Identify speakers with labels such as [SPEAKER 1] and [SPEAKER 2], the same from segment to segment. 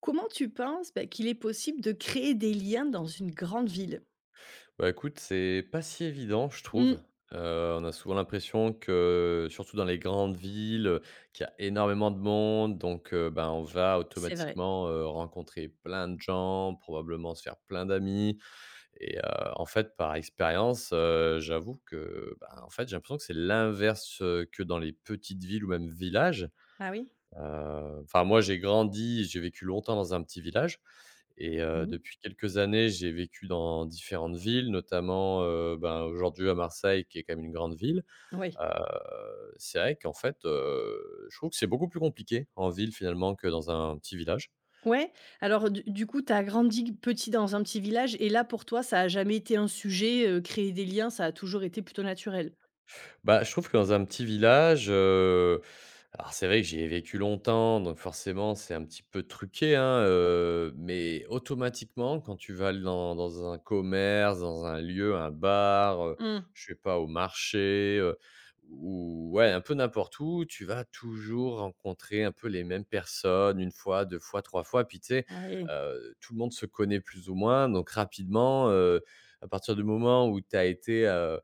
[SPEAKER 1] Comment tu penses, bah, qu'il est possible de créer des liens dans une grande ville?
[SPEAKER 2] Bah, écoute, c'est pas si évident, je trouve.
[SPEAKER 1] Mmh.
[SPEAKER 2] On a souvent l'impression que, surtout dans les grandes villes, qu'il y a énormément de monde, donc ben, on va
[SPEAKER 1] C'est vrai.
[SPEAKER 2] automatiquement, rencontrer plein de gens, probablement se faire plein d'amis. Et en fait, par expérience, j'avoue que, ben, en fait, j'ai l'impression que c'est l'inverse, que dans les petites villes ou même villages.
[SPEAKER 1] Ah oui?
[SPEAKER 2] Enfin, moi, j'ai grandi, j'ai vécu longtemps dans un petit village et
[SPEAKER 1] Mmh.
[SPEAKER 2] depuis quelques années, j'ai vécu dans différentes villes, notamment, ben, aujourd'hui à Marseille qui est quand même une grande ville.
[SPEAKER 1] Oui.
[SPEAKER 2] C'est vrai qu'en fait, je trouve que c'est beaucoup plus compliqué en ville finalement que dans un petit village.
[SPEAKER 1] Ouais? Alors du coup, tu as grandi petit dans un petit village et là, pour toi, ça a jamais été un sujet, créer des liens, ça a toujours été plutôt naturel?
[SPEAKER 2] Bah, je trouve que dans un petit village, alors c'est vrai que j'y ai vécu longtemps, donc forcément c'est un petit peu truqué, hein, mais automatiquement quand tu vas dans un commerce, dans un lieu, un bar,
[SPEAKER 1] Mmh,
[SPEAKER 2] je sais pas, au marché, ou ouais, un peu n'importe où, tu vas toujours rencontrer un peu les mêmes personnes une fois, 2 fois, 3 fois, puis tu sais,
[SPEAKER 1] oui.
[SPEAKER 2] tout le monde se connaît plus ou moins, donc rapidement, à partir du moment où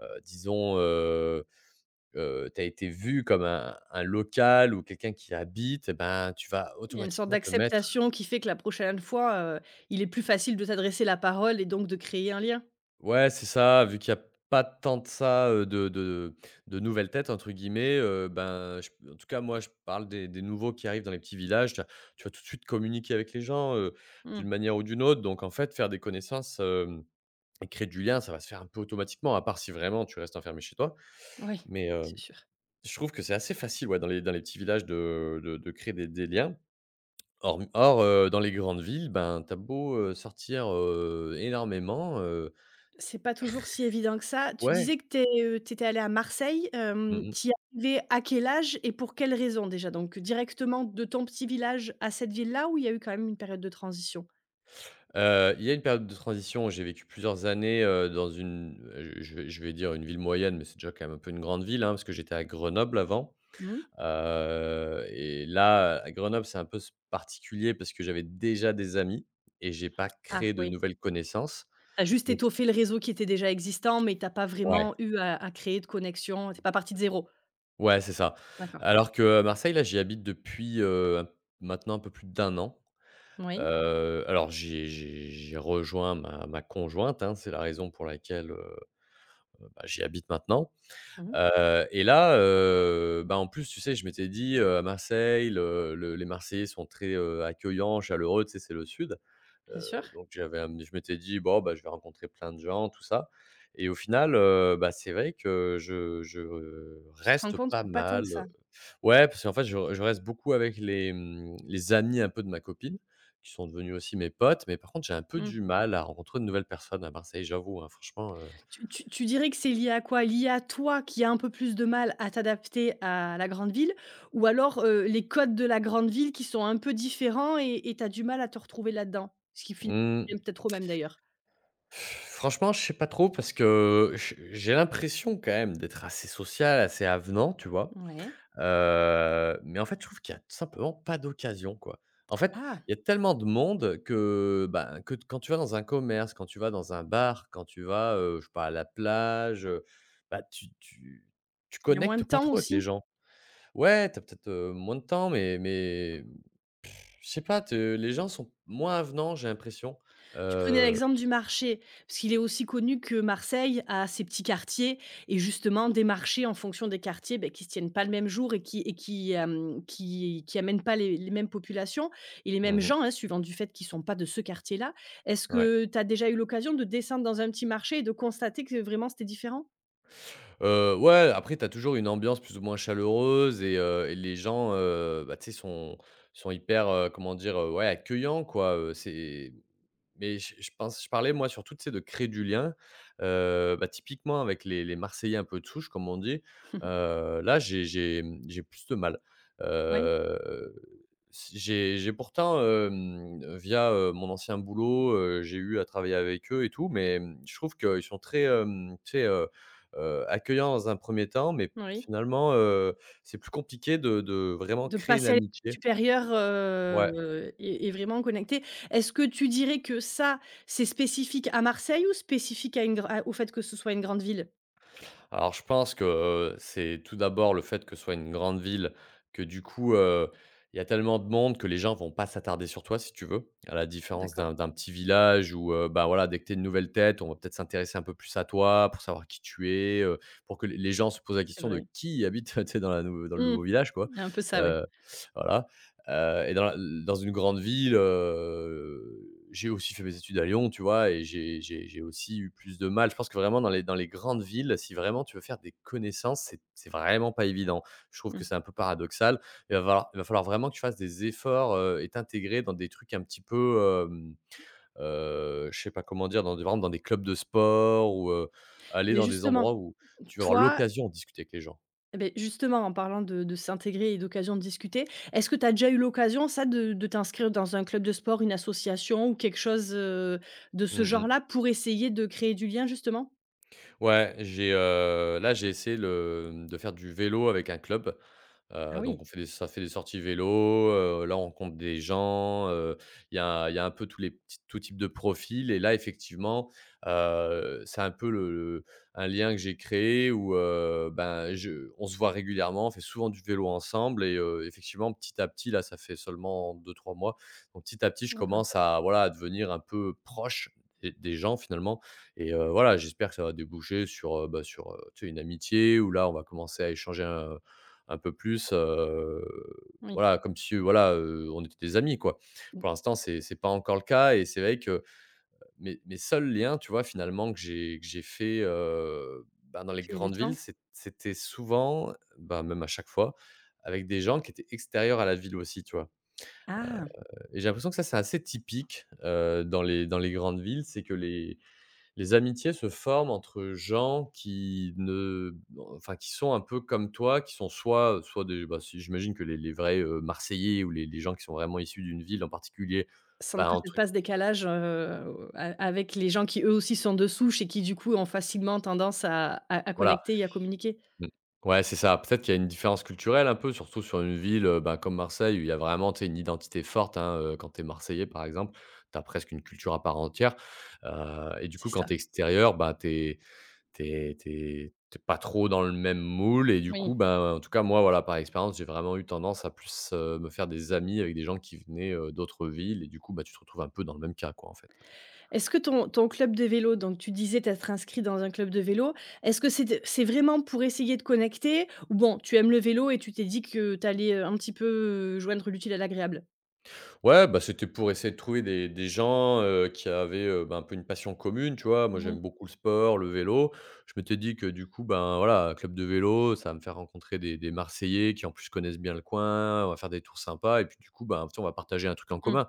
[SPEAKER 2] heu, disons, euh, tu as été vu comme un local ou quelqu'un qui habite, et ben, tu vas
[SPEAKER 1] Il y a une sorte
[SPEAKER 2] automatiquement te mettre.
[SPEAKER 1] d'acceptation qui fait que la prochaine fois, il est plus facile de t'adresser la parole et donc de créer un lien?
[SPEAKER 2] Ouais, c'est ça, vu qu'il y a pas tant de ça, de «nouvelles têtes» entre guillemets, ben, je en tout cas, moi, je parle des nouveaux qui arrivent dans les petits villages. Tu vas tout de suite communiquer avec les gens,
[SPEAKER 1] Mmh,
[SPEAKER 2] d'une manière ou d'une autre, donc en fait, faire des connaissances, et créer du lien, ça va se faire un peu automatiquement, à part si vraiment tu restes enfermé chez toi,
[SPEAKER 1] oui,
[SPEAKER 2] mais
[SPEAKER 1] c'est sûr.
[SPEAKER 2] je trouve que c'est assez facile, ouais, dans les petits villages de créer des liens. Horm or, dans les grandes villes, ben, t'as beau, sortir, énormément,
[SPEAKER 1] C'est pas toujours si évident que ça. Tu
[SPEAKER 2] ouais,
[SPEAKER 1] disais que tu allé à Marseille,
[SPEAKER 2] mmh mh.
[SPEAKER 1] tu es arrivé à quel âge et pour quelle raison déjà? Donc directement de ton petit village à cette ville-là où il y a eu quand même une période de transition?
[SPEAKER 2] Il y a une période de transition où j'ai vécu plusieurs années, dans une, je vais dire une ville moyenne, mais c'est déjà quand même un peu une grande ville, hein, parce que j'étais à Grenoble avant.
[SPEAKER 1] Mmh.
[SPEAKER 2] Et là, à Grenoble, c'est un peu s particulier parce que j'avais déjà des amis et j'ai pas
[SPEAKER 1] Ah
[SPEAKER 2] créé de
[SPEAKER 1] oui,
[SPEAKER 2] nouvelles connaissances.
[SPEAKER 1] t'as juste
[SPEAKER 2] Mais
[SPEAKER 1] étoffé le réseau qui était déjà existant, mais t'as pas
[SPEAKER 2] ouais,
[SPEAKER 1] vraiment eu à créer de connexion. T'es pas partie de zéro.
[SPEAKER 2] ouais, c'est ça.
[SPEAKER 1] D'accord.
[SPEAKER 2] Alors que à Marseille, là, j'y habite depuis, maintenant un peu plus d'un an.
[SPEAKER 1] Oui.
[SPEAKER 2] Alors j'ai rejoint ma conjointe, hein, c'est la raison pour laquelle, bah, j'y habite maintenant.
[SPEAKER 1] Mmh.
[SPEAKER 2] Et là, bah, en plus, tu sais, je m'étais dit, à Marseille, le les Marseillais sont très, accueillants, chaleureux, tu sais, c'est le sud.
[SPEAKER 1] Bien sûr.
[SPEAKER 2] Donc j'avais amené je m'étais dit: «Bon, bah, je vais rencontrer plein de gens, tout ça». Et au final, bah, c'est vrai que je
[SPEAKER 1] Tu te rends
[SPEAKER 2] reste
[SPEAKER 1] compte
[SPEAKER 2] pas
[SPEAKER 1] que pas tant que
[SPEAKER 2] mal.
[SPEAKER 1] ça.
[SPEAKER 2] Ouais, parce qu'en fait, je reste beaucoup avec les amis un peu de ma copine, qui sont devenus aussi mes potes, mais par contre, j'ai un peu
[SPEAKER 1] Mmh.
[SPEAKER 2] du mal à rencontrer de nouvelles personnes à Marseille, j'avoue, hein,
[SPEAKER 1] Tu dirais que c'est lié à quoi? Lié à toi qui a un peu plus de mal à t'adapter à la grande ville? Ou alors, les codes de la grande ville qui sont un peu différents et tu as du mal à te retrouver là-dedans? Ce qui finit
[SPEAKER 2] mmh,
[SPEAKER 1] peut-être au même d'ailleurs.
[SPEAKER 2] franchement, je sais pas trop parce que j'ai l'impression quand même d'être assez social, assez avenant, tu vois?
[SPEAKER 1] Ouais.
[SPEAKER 2] Mais en fait, je trouve qu'il y a tout simplement pas d'occasion, quoi. En fait,
[SPEAKER 1] Ah,
[SPEAKER 2] il y a tellement de monde que, ben, que quand tu vas dans un commerce, quand tu vas dans un bar, quand tu vas, je sais pas, à la plage, bah, tu
[SPEAKER 1] il y a moins de
[SPEAKER 2] connectes pas
[SPEAKER 1] temps
[SPEAKER 2] trop avec les
[SPEAKER 1] aussi?
[SPEAKER 2] gens. Ouais, t'as peut-être, moins de temps, mais, je sais pas, te les gens sont moins avenants, j'ai l'impression.
[SPEAKER 1] Tu prenais
[SPEAKER 2] Heu,
[SPEAKER 1] l'exemple du marché, parce qu'il est aussi connu que Marseille a ses petits quartiers et justement des marchés en fonction des quartiers, ben qui se tiennent pas le même jour et qui, hem, qui amènent pas les mêmes populations et les mêmes
[SPEAKER 2] mmh
[SPEAKER 1] gens, hein, suivant du fait qu'ils sont pas de ce quartier-là. Est-ce
[SPEAKER 2] ouais.
[SPEAKER 1] que tu as déjà eu l'occasion de descendre dans un petit marché et de constater que vraiment c'était différent?
[SPEAKER 2] Ouais, après t'as toujours une ambiance plus ou moins chaleureuse et les gens, bah, tu sais, sont hyper, comment dire? Ouais, accueillants quoi, c'est mais je parlais moi surtout, tu sais, de créer du lien, bah, typiquement avec les Marseillais un peu de souche comme on dit, là j'ai plus de mal.
[SPEAKER 1] Oui,
[SPEAKER 2] Heu, Si j'ai pourtant, via, mon ancien boulot, j'ai eu à travailler avec eux et tout, mais, je trouve qu'ils sont très, tu sais, accueillants dans un premier temps, mais
[SPEAKER 1] oui.
[SPEAKER 2] finalement, c'est plus compliqué de vraiment
[SPEAKER 1] De
[SPEAKER 2] créer une
[SPEAKER 1] passer à l'étape
[SPEAKER 2] amitié.
[SPEAKER 1] supérieure,
[SPEAKER 2] Ouais.
[SPEAKER 1] et vraiment connecter. Est-ce que tu dirais que ça, c'est spécifique à Marseille ou spécifique à une gr à au fait que ce soit une grande ville?
[SPEAKER 2] Alors, je pense que, c'est tout d'abord le fait que ce soit une grande ville, que du coup, il y a tellement de monde que les gens vont pas s'attarder sur toi, si tu veux. À la différence
[SPEAKER 1] D'accord,
[SPEAKER 2] d'un petit village où, bah, voilà, dès que tu es une nouvelle tête, on va peut-être s'intéresser un peu plus à toi pour savoir qui tu es, pour que les gens se posent la
[SPEAKER 1] c'est
[SPEAKER 2] question de
[SPEAKER 1] vrai.
[SPEAKER 2] qui habite, tu sais, dans la nou dans le
[SPEAKER 1] Mmh,
[SPEAKER 2] nouveau village, quoi.
[SPEAKER 1] il y a un peu ça, oui.
[SPEAKER 2] Heu, voilà. Et dans la dans une grande ville, j'ai aussi fait mes études à Lyon, tu vois? Et j'ai aussi eu plus de mal. Je pense que vraiment dans les grandes villes, si vraiment tu veux faire des connaissances, c'est vraiment pas évident. Je trouve que c'est un peu paradoxal. Il va falloir vraiment que tu fasses des efforts, et t'intégrer dans des trucs un petit peu, je sais pas comment dire, dans des vraiment dans des clubs de sport ou, aller
[SPEAKER 1] Mais
[SPEAKER 2] dans des
[SPEAKER 1] justement,
[SPEAKER 2] endroits où tu vas avoir
[SPEAKER 1] toi,
[SPEAKER 2] l'occasion de discuter avec les gens.
[SPEAKER 1] eh beh, justement, en parlant de s'intégrer et d'occasion de discuter, est-ce que tu as déjà eu l'occasion, ça, de t'inscrire dans un club de sport, une association ou quelque chose, de ce
[SPEAKER 2] Mmh mmh.
[SPEAKER 1] genre-là pour essayer de créer du lien, justement?
[SPEAKER 2] Ouais, là, j'ai essayé de faire du vélo avec un club.
[SPEAKER 1] Ah
[SPEAKER 2] Donc on
[SPEAKER 1] oui,
[SPEAKER 2] fait des ça fait des sorties vélo, là on rencontre des gens, il y a un peu tous les petits tout types de profils et là effectivement, c'est un peu le un lien que j'ai créé où, ben, je on se voit régulièrement, on fait souvent du vélo ensemble et effectivement petit à petit, là, ça fait seulement deux trois mois, donc petit à petit je
[SPEAKER 1] d'accord,
[SPEAKER 2] commence à, voilà, à devenir un peu proche des gens finalement. Et voilà, j'espère que ça va déboucher sur, tu sais, une amitié où là, on va commencer à échanger un peu plus,
[SPEAKER 1] oui,
[SPEAKER 2] voilà, comme si, voilà, on était des amis, quoi. Pour l'instant, c'est pas encore le cas et c'est vrai que mes seuls liens, tu vois, finalement, que j'ai fait, bah, dans
[SPEAKER 1] au
[SPEAKER 2] les
[SPEAKER 1] fil du
[SPEAKER 2] grandes villes,
[SPEAKER 1] temps.
[SPEAKER 2] c'était souvent, bah, même à chaque fois, avec des gens qui étaient extérieurs à la ville aussi, tu vois?
[SPEAKER 1] Ah!
[SPEAKER 2] Et j'ai l'impression que ça, c'est assez typique, dans les grandes villes, c'est que les amitiés se forment entre gens qui ne enfin, qui sont un peu comme toi, qui sont soit, soit si j'imagine que les vrais, Marseillais ou les gens qui sont vraiment issus d'une ville en particulier,
[SPEAKER 1] Sans
[SPEAKER 2] bah, un
[SPEAKER 1] peut-être
[SPEAKER 2] truc
[SPEAKER 1] pas ce décalage, a avec les gens qui eux aussi sont de souche et qui du coup ont facilement tendance à
[SPEAKER 2] voilà.
[SPEAKER 1] connecter et à communiquer.
[SPEAKER 2] Mmh. Ouais, c'est ça. Peut-être qu'il y a une différence culturelle un peu, surtout sur une ville, bah, comme Marseille où il y a vraiment, tu sais, une identité forte, hein, quand tu es marseillais, par exemple, tu as presque une culture à part entière, et du
[SPEAKER 1] C'est
[SPEAKER 2] coup,
[SPEAKER 1] ça,
[SPEAKER 2] quand tu es extérieur, bah, tu T'es es tu pas trop dans le même moule et du coup,
[SPEAKER 1] oui.
[SPEAKER 2] ben, en tout cas, moi, voilà, par expérience, j'ai vraiment eu tendance à plus, me faire des amis avec des gens qui venaient, d'autres villes et du coup, bah, tu te retrouves un peu dans le même cas, quoi, en fait.
[SPEAKER 1] Est-ce que ton club de vélo, donc tu disais t'être inscrit dans un club de vélo, est-ce que c'est vraiment pour essayer de connecter ou bon, tu aimes le vélo et tu t'es dit que tu allais, un petit peu, joindre l'utile à l'agréable?
[SPEAKER 2] Ouais, bah, c'était pour essayer de trouver des gens, qui avaient, ben, un peu une passion commune, tu vois? Moi,
[SPEAKER 1] Oui.
[SPEAKER 2] j'aime beaucoup le sport, le vélo. Je m'étais dit que du coup, ben, voilà, un club de vélo, ça va me faire rencontrer des Marseillais qui, en plus, connaissent bien le coin, on va faire des tours sympas et puis, du coup, ben, tu sais, on va partager un truc en
[SPEAKER 1] Mmh.
[SPEAKER 2] commun.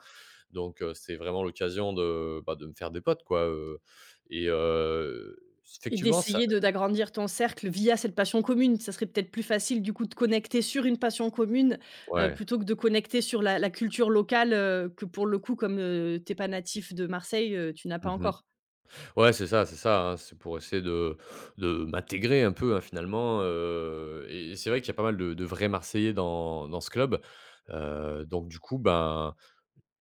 [SPEAKER 2] Donc, c'est vraiment l'occasion de, bah, de me faire des potes, quoi, et
[SPEAKER 1] Et
[SPEAKER 2] effectivement ça
[SPEAKER 1] d'essayer de d'agrandir ton cercle via cette passion commune. Ça serait peut-être plus facile du coup de connecter sur une passion commune,
[SPEAKER 2] ouais.
[SPEAKER 1] plutôt que de connecter sur la culture locale, que pour le coup comme, tu pas natif de Marseille, tu n'as pas
[SPEAKER 2] Mmh.
[SPEAKER 1] encore.
[SPEAKER 2] Ouais, c'est ça, hein. C'est pour essayer de m'intégrer un peu, hein, finalement, et c'est vrai qu'il y a pas mal de vrais Marseillais dans ce club, donc du coup, ben,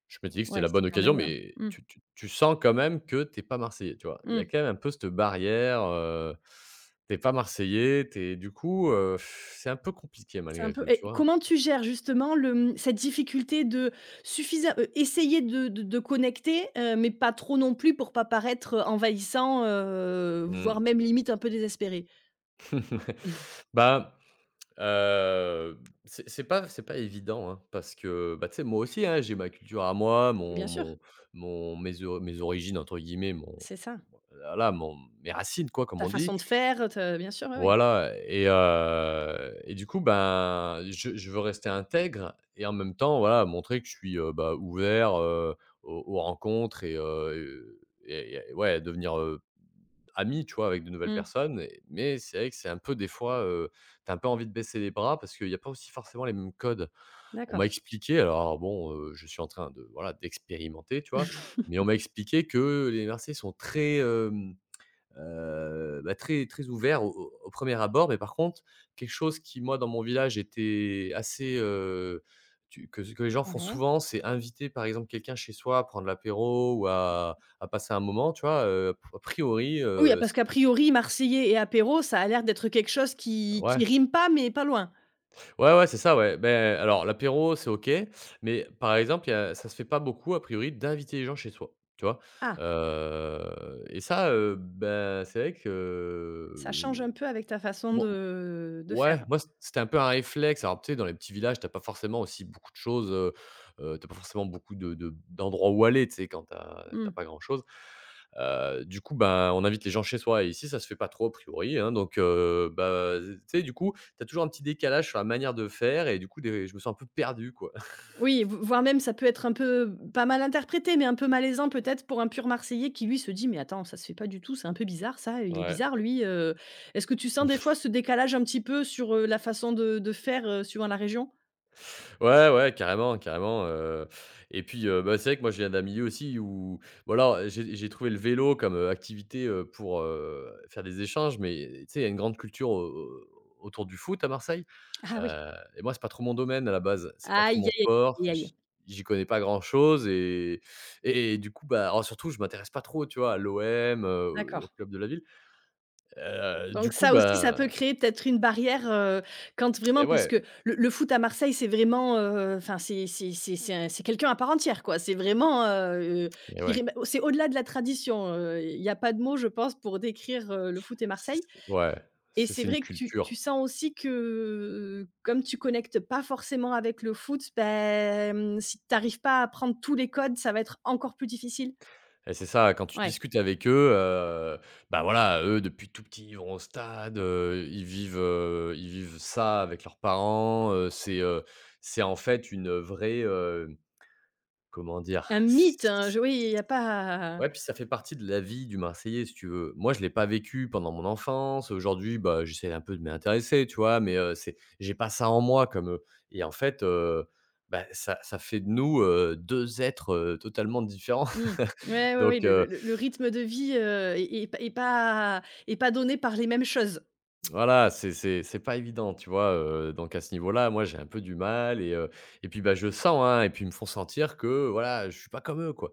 [SPEAKER 2] je m'étais dit que c'était
[SPEAKER 1] Ouais,
[SPEAKER 2] la
[SPEAKER 1] c'est
[SPEAKER 2] bonne
[SPEAKER 1] quand
[SPEAKER 2] occasion,
[SPEAKER 1] même,
[SPEAKER 2] mais
[SPEAKER 1] mmh,
[SPEAKER 2] tu sens quand même que t'es pas Marseillais, tu vois? Il y a
[SPEAKER 1] mmh,
[SPEAKER 2] quand même un peu cette barrière, tu pas Marseillais, t'es du coup, c'est un peu compliqué
[SPEAKER 1] c'est un
[SPEAKER 2] malgré
[SPEAKER 1] peu
[SPEAKER 2] tout,
[SPEAKER 1] et
[SPEAKER 2] tu vois?
[SPEAKER 1] comment tu gères justement le, cette difficulté de suffisa essayer de connecter, mais pas trop non plus pour pas paraître, envahissant, voire
[SPEAKER 2] Mmh.
[SPEAKER 1] même limite un peu désespéré?
[SPEAKER 2] Bah, heu, c'est c'est pas évident, hein, parce que, bah, tu sais, moi aussi, hein, j'ai ma culture à moi, mon
[SPEAKER 1] Bien sûr,
[SPEAKER 2] mon mon mes «origines» entre guillemets, mon
[SPEAKER 1] c'est ça.
[SPEAKER 2] voilà, mon mes racines quoi, comme
[SPEAKER 1] Ta
[SPEAKER 2] on dit.
[SPEAKER 1] façon de faire, te bien sûr, oui, oui.
[SPEAKER 2] Voilà et et du coup, ben, je veux rester intègre et en même temps, voilà, montrer que je suis, bah, ouvert, aux rencontres et ouais, devenir, amis, tu vois, avec de nouvelles
[SPEAKER 1] Mmh.
[SPEAKER 2] personnes. Mais c'est vrai que c'est un peu des fois, t'as un peu envie de baisser les bras parce qu'il n'y a pas aussi forcément les mêmes codes. On m'a
[SPEAKER 1] D'accord.
[SPEAKER 2] expliqué, alors bon, je suis en train de voilà d'expérimenter, tu vois, mais on m'a expliqué que les Marseillais sont très bah, très très ouverts au premier abord, mais par contre quelque chose qui moi dans mon village était que les gens font
[SPEAKER 1] Ouais.
[SPEAKER 2] souvent, c'est inviter par exemple quelqu'un chez soi à prendre l'apéro à passer un moment, tu vois. A priori,
[SPEAKER 1] Oui, ah, parce
[SPEAKER 2] c'est…
[SPEAKER 1] qu'a priori, marseillais et apéro, ça a l'air d'être quelque chose qui
[SPEAKER 2] Ouais,
[SPEAKER 1] qui rime pas, mais pas loin.
[SPEAKER 2] ouais, ouais, c'est ça, ouais. Beh, alors l'apéro, c'est OK, mais par exemple, il y a ça se fait pas beaucoup a priori d'inviter les gens chez soi, tu vois?
[SPEAKER 1] Ah,
[SPEAKER 2] Et ça, bah, c'est vrai que,
[SPEAKER 1] ça change un peu avec ta façon
[SPEAKER 2] moi
[SPEAKER 1] de faire.
[SPEAKER 2] ouais, moi, c'était un peu un réflexe. Alors, tu sais, dans les petits villages, t'as pas forcément aussi beaucoup de choses, tu pas forcément beaucoup de d'endroits où aller, tu sais, quand t'as
[SPEAKER 1] Mmh.
[SPEAKER 2] pas grand-chose. Du coup, ben, on invite les gens chez soi et ici, ça se fait pas trop a priori, hein, donc bah, tu sais, du coup, t'as toujours un petit décalage sur la manière de faire et du coup, des je me sens un peu perdu, quoi.
[SPEAKER 1] Oui, v voire même ça peut être un peu pas mal interprété, mais un peu malaisant peut-être pour un pur marseillais qui, lui, se dit: «Mais attends, ça se fait pas du tout, c'est un peu bizarre ça, il est
[SPEAKER 2] Ouais.
[SPEAKER 1] bizarre lui», est-ce que tu sens des fois ce décalage un petit peu sur, la façon de faire, suivant la région?
[SPEAKER 2] Ouais, ouais, carrément, carrément, et puis, bah, c'est vrai que moi, je viens d'un milieu aussi où voilà, j'ai trouvé le vélo comme, activité, pour, faire des échanges, mais tu sais, il y a une grande culture au autour du foot à Marseille,
[SPEAKER 1] Ah oui.
[SPEAKER 2] et moi, c'est pas trop mon domaine à la base, c'est pas
[SPEAKER 1] Aïe,
[SPEAKER 2] trop
[SPEAKER 1] aïe,
[SPEAKER 2] mon sport,
[SPEAKER 1] aïe, aïe, aïe.
[SPEAKER 2] j'y connais pas grand-chose et du coup, bah, alors surtout, je m'intéresse pas trop, tu vois, à l'OM, au
[SPEAKER 1] D'accord.
[SPEAKER 2] club de la ville, du
[SPEAKER 1] Donc
[SPEAKER 2] coup,
[SPEAKER 1] ça aussi, ça peut
[SPEAKER 2] bah
[SPEAKER 1] créer peut-être une barrière, quand vraiment
[SPEAKER 2] et
[SPEAKER 1] parce
[SPEAKER 2] ouais
[SPEAKER 1] que le foot à Marseille, c'est vraiment, enfin, c'est quelqu'un à part entière, quoi. C'est vraiment, je
[SPEAKER 2] et ouais,
[SPEAKER 1] dirais même c'est au-delà de la tradition, il y a pas de mots, je pense, pour décrire, le foot et
[SPEAKER 2] c
[SPEAKER 1] Marseille
[SPEAKER 2] ouais,
[SPEAKER 1] et c'est
[SPEAKER 2] c'est une
[SPEAKER 1] vrai que tu
[SPEAKER 2] culture.
[SPEAKER 1] sens aussi que, comme tu connectes pas forcément avec le foot, ben, si tu arrives pas à prendre tous les codes, ça va être encore plus difficile.
[SPEAKER 2] Et c'est ça, quand tu
[SPEAKER 1] Ouais,
[SPEAKER 2] discutes avec eux, bah, voilà, eux, depuis tout petit, ils vont au stade, ils vivent ça avec leurs parents, c'est en fait une vraie, comment dire?
[SPEAKER 1] un
[SPEAKER 2] C
[SPEAKER 1] mythe, hein,
[SPEAKER 2] c
[SPEAKER 1] je oui, il y a pas.
[SPEAKER 2] Ouais, puis ça fait partie de la vie du Marseillais, si tu veux. Moi, je ne l'ai pas vécu pendant mon enfance, aujourd'hui, bah, j'essaie un peu de m'y intéresser, tu vois? Mais, c'est j'ai pas ça en moi comme eux et en fait, bah, ça fait de nous, 2 êtres, totalement différents.
[SPEAKER 1] Mmh. Ouais, ouais, oui,
[SPEAKER 2] Donc,
[SPEAKER 1] le rythme de vie, est pas donné par les mêmes choses.
[SPEAKER 2] voilà, c'est pas évident, tu vois? Donc à ce niveau-là, moi, j'ai un peu du mal et puis, bah, je sens, hein et puis ils me font sentir que, voilà, je suis pas comme eux, quoi.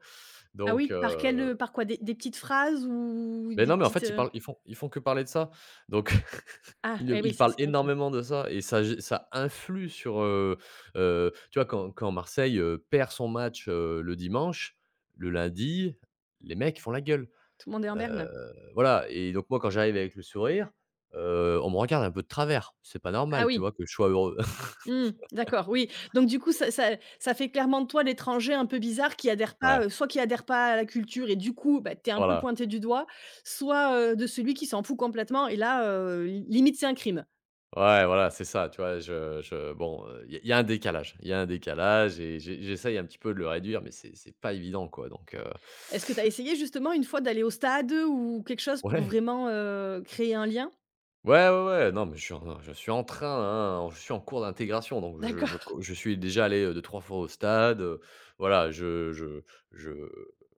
[SPEAKER 1] Ah
[SPEAKER 2] Donc
[SPEAKER 1] oui, par quel, par quoi? Des petites phrases ou
[SPEAKER 2] beh,
[SPEAKER 1] des
[SPEAKER 2] non, mais en
[SPEAKER 1] petites,
[SPEAKER 2] fait, ils parlent ils font que parler de ça. Donc
[SPEAKER 1] ah,
[SPEAKER 2] ils
[SPEAKER 1] eh oui,
[SPEAKER 2] ils
[SPEAKER 1] ça
[SPEAKER 2] parlent
[SPEAKER 1] c'est vrai que
[SPEAKER 2] énormément de ça et ça influe sur, tu vois, quand Marseille, perd son match, le dimanche, le lundi, les mecs, ils font la gueule.
[SPEAKER 1] tout le monde est en
[SPEAKER 2] Heu,
[SPEAKER 1] berne.
[SPEAKER 2] voilà et donc moi, quand j'arrive avec le sourire, on me regarde un peu de travers. C'est pas
[SPEAKER 1] Ah
[SPEAKER 2] normal, tu
[SPEAKER 1] oui,
[SPEAKER 2] vois, que je sois heureux.
[SPEAKER 1] mmh, d'accord, oui. Donc du coup, ça fait clairement de toi l'étranger un peu bizarre qui adhère
[SPEAKER 2] Ouais,
[SPEAKER 1] pas, soit qui adhère pas à la culture et du coup, bah, tu es un peu
[SPEAKER 2] voilà.
[SPEAKER 1] pointé du doigt, soit, de celui qui s'en fout complètement et là, li limite c'est un crime.
[SPEAKER 2] Ouais, voilà, c'est ça, tu vois? Je Bon, il y a y a un décalage. Il y a un décalage et j'essaye un petit peu de le réduire, mais c'est pas évident, quoi, donc
[SPEAKER 1] Est-ce que tu as essayé justement une fois d'aller au stade ou quelque chose pour
[SPEAKER 2] ouais.
[SPEAKER 1] vraiment, créer un lien?
[SPEAKER 2] Ouais, ouais, ouais, non, mais je suis en train, hein, je suis en cours d'intégration, donc
[SPEAKER 1] D'accord.
[SPEAKER 2] je suis déjà allé, 2-3 fois au stade, voilà, je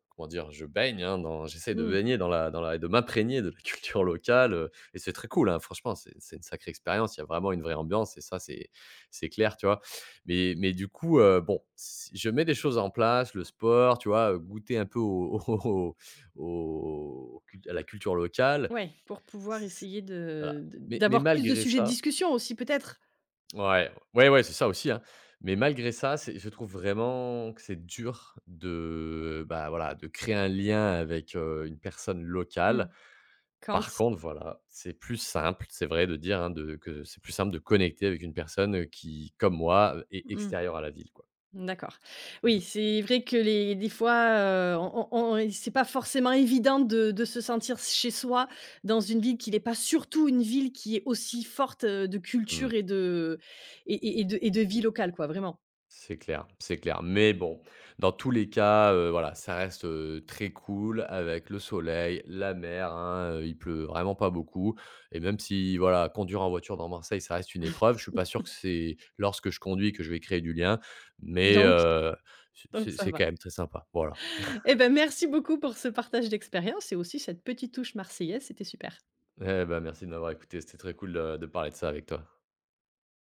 [SPEAKER 2] comment dire? Je baigne, hein, dans j'essaie de
[SPEAKER 1] Mmh,
[SPEAKER 2] baigner dans la et de m'imprégner de la culture locale, et c'est très cool, hein, franchement, c'est une sacrée expérience, il y a vraiment une vraie ambiance et ça, c'est clair, tu vois? Mais du coup, bon, si je mets des choses en place, le sport, tu vois? Goûter un peu au au au au à la culture locale.
[SPEAKER 1] ouais, pour pouvoir
[SPEAKER 2] C c
[SPEAKER 1] essayer
[SPEAKER 2] Voilà.
[SPEAKER 1] de
[SPEAKER 2] Mais
[SPEAKER 1] d'avoir plus de
[SPEAKER 2] malgré
[SPEAKER 1] sujets de
[SPEAKER 2] ça
[SPEAKER 1] discussion aussi peut-être?
[SPEAKER 2] Ouais, ouais, ouais, c'est ça aussi, hein. Mais malgré ça, c'est je trouve vraiment que c'est dur de, bah, voilà, de créer un lien avec, une personne
[SPEAKER 1] Mmh,
[SPEAKER 2] locale.
[SPEAKER 1] quand
[SPEAKER 2] Par contre, voilà, c'est plus simple, c'est vrai de dire, hein, de que c'est plus simple de connecter avec une personne qui, comme moi, est
[SPEAKER 1] mmh,
[SPEAKER 2] extérieure à la ville, quoi.
[SPEAKER 1] d'accord. Oui, c'est vrai que les des fois, on c'est pas forcément évident de se sentir chez soi dans une ville qui n'est pas, surtout une ville qui est aussi forte, de
[SPEAKER 2] Mmh.
[SPEAKER 1] culture et et de vie locale quoi, vraiment.
[SPEAKER 2] C'est clair, c'est clair. Mais bon, dans tous les cas, voilà, ça reste, très cool avec le soleil, la mer, hein, il pleut vraiment pas beaucoup et même si, voilà, conduire en voiture dans Marseille, ça reste une épreuve, je suis pas sûr que c'est lorsque je conduis que je vais créer du lien, mais
[SPEAKER 1] Donc donc
[SPEAKER 2] c'est
[SPEAKER 1] ça
[SPEAKER 2] c'est
[SPEAKER 1] va.
[SPEAKER 2] quand même très sympa, voilà.
[SPEAKER 1] Eh ben, merci beaucoup pour ce partage d'expérience et aussi cette petite touche marseillaise, c'était super.
[SPEAKER 2] Eh ben merci de m'avoir écouté, c'était très cool de parler de ça avec toi.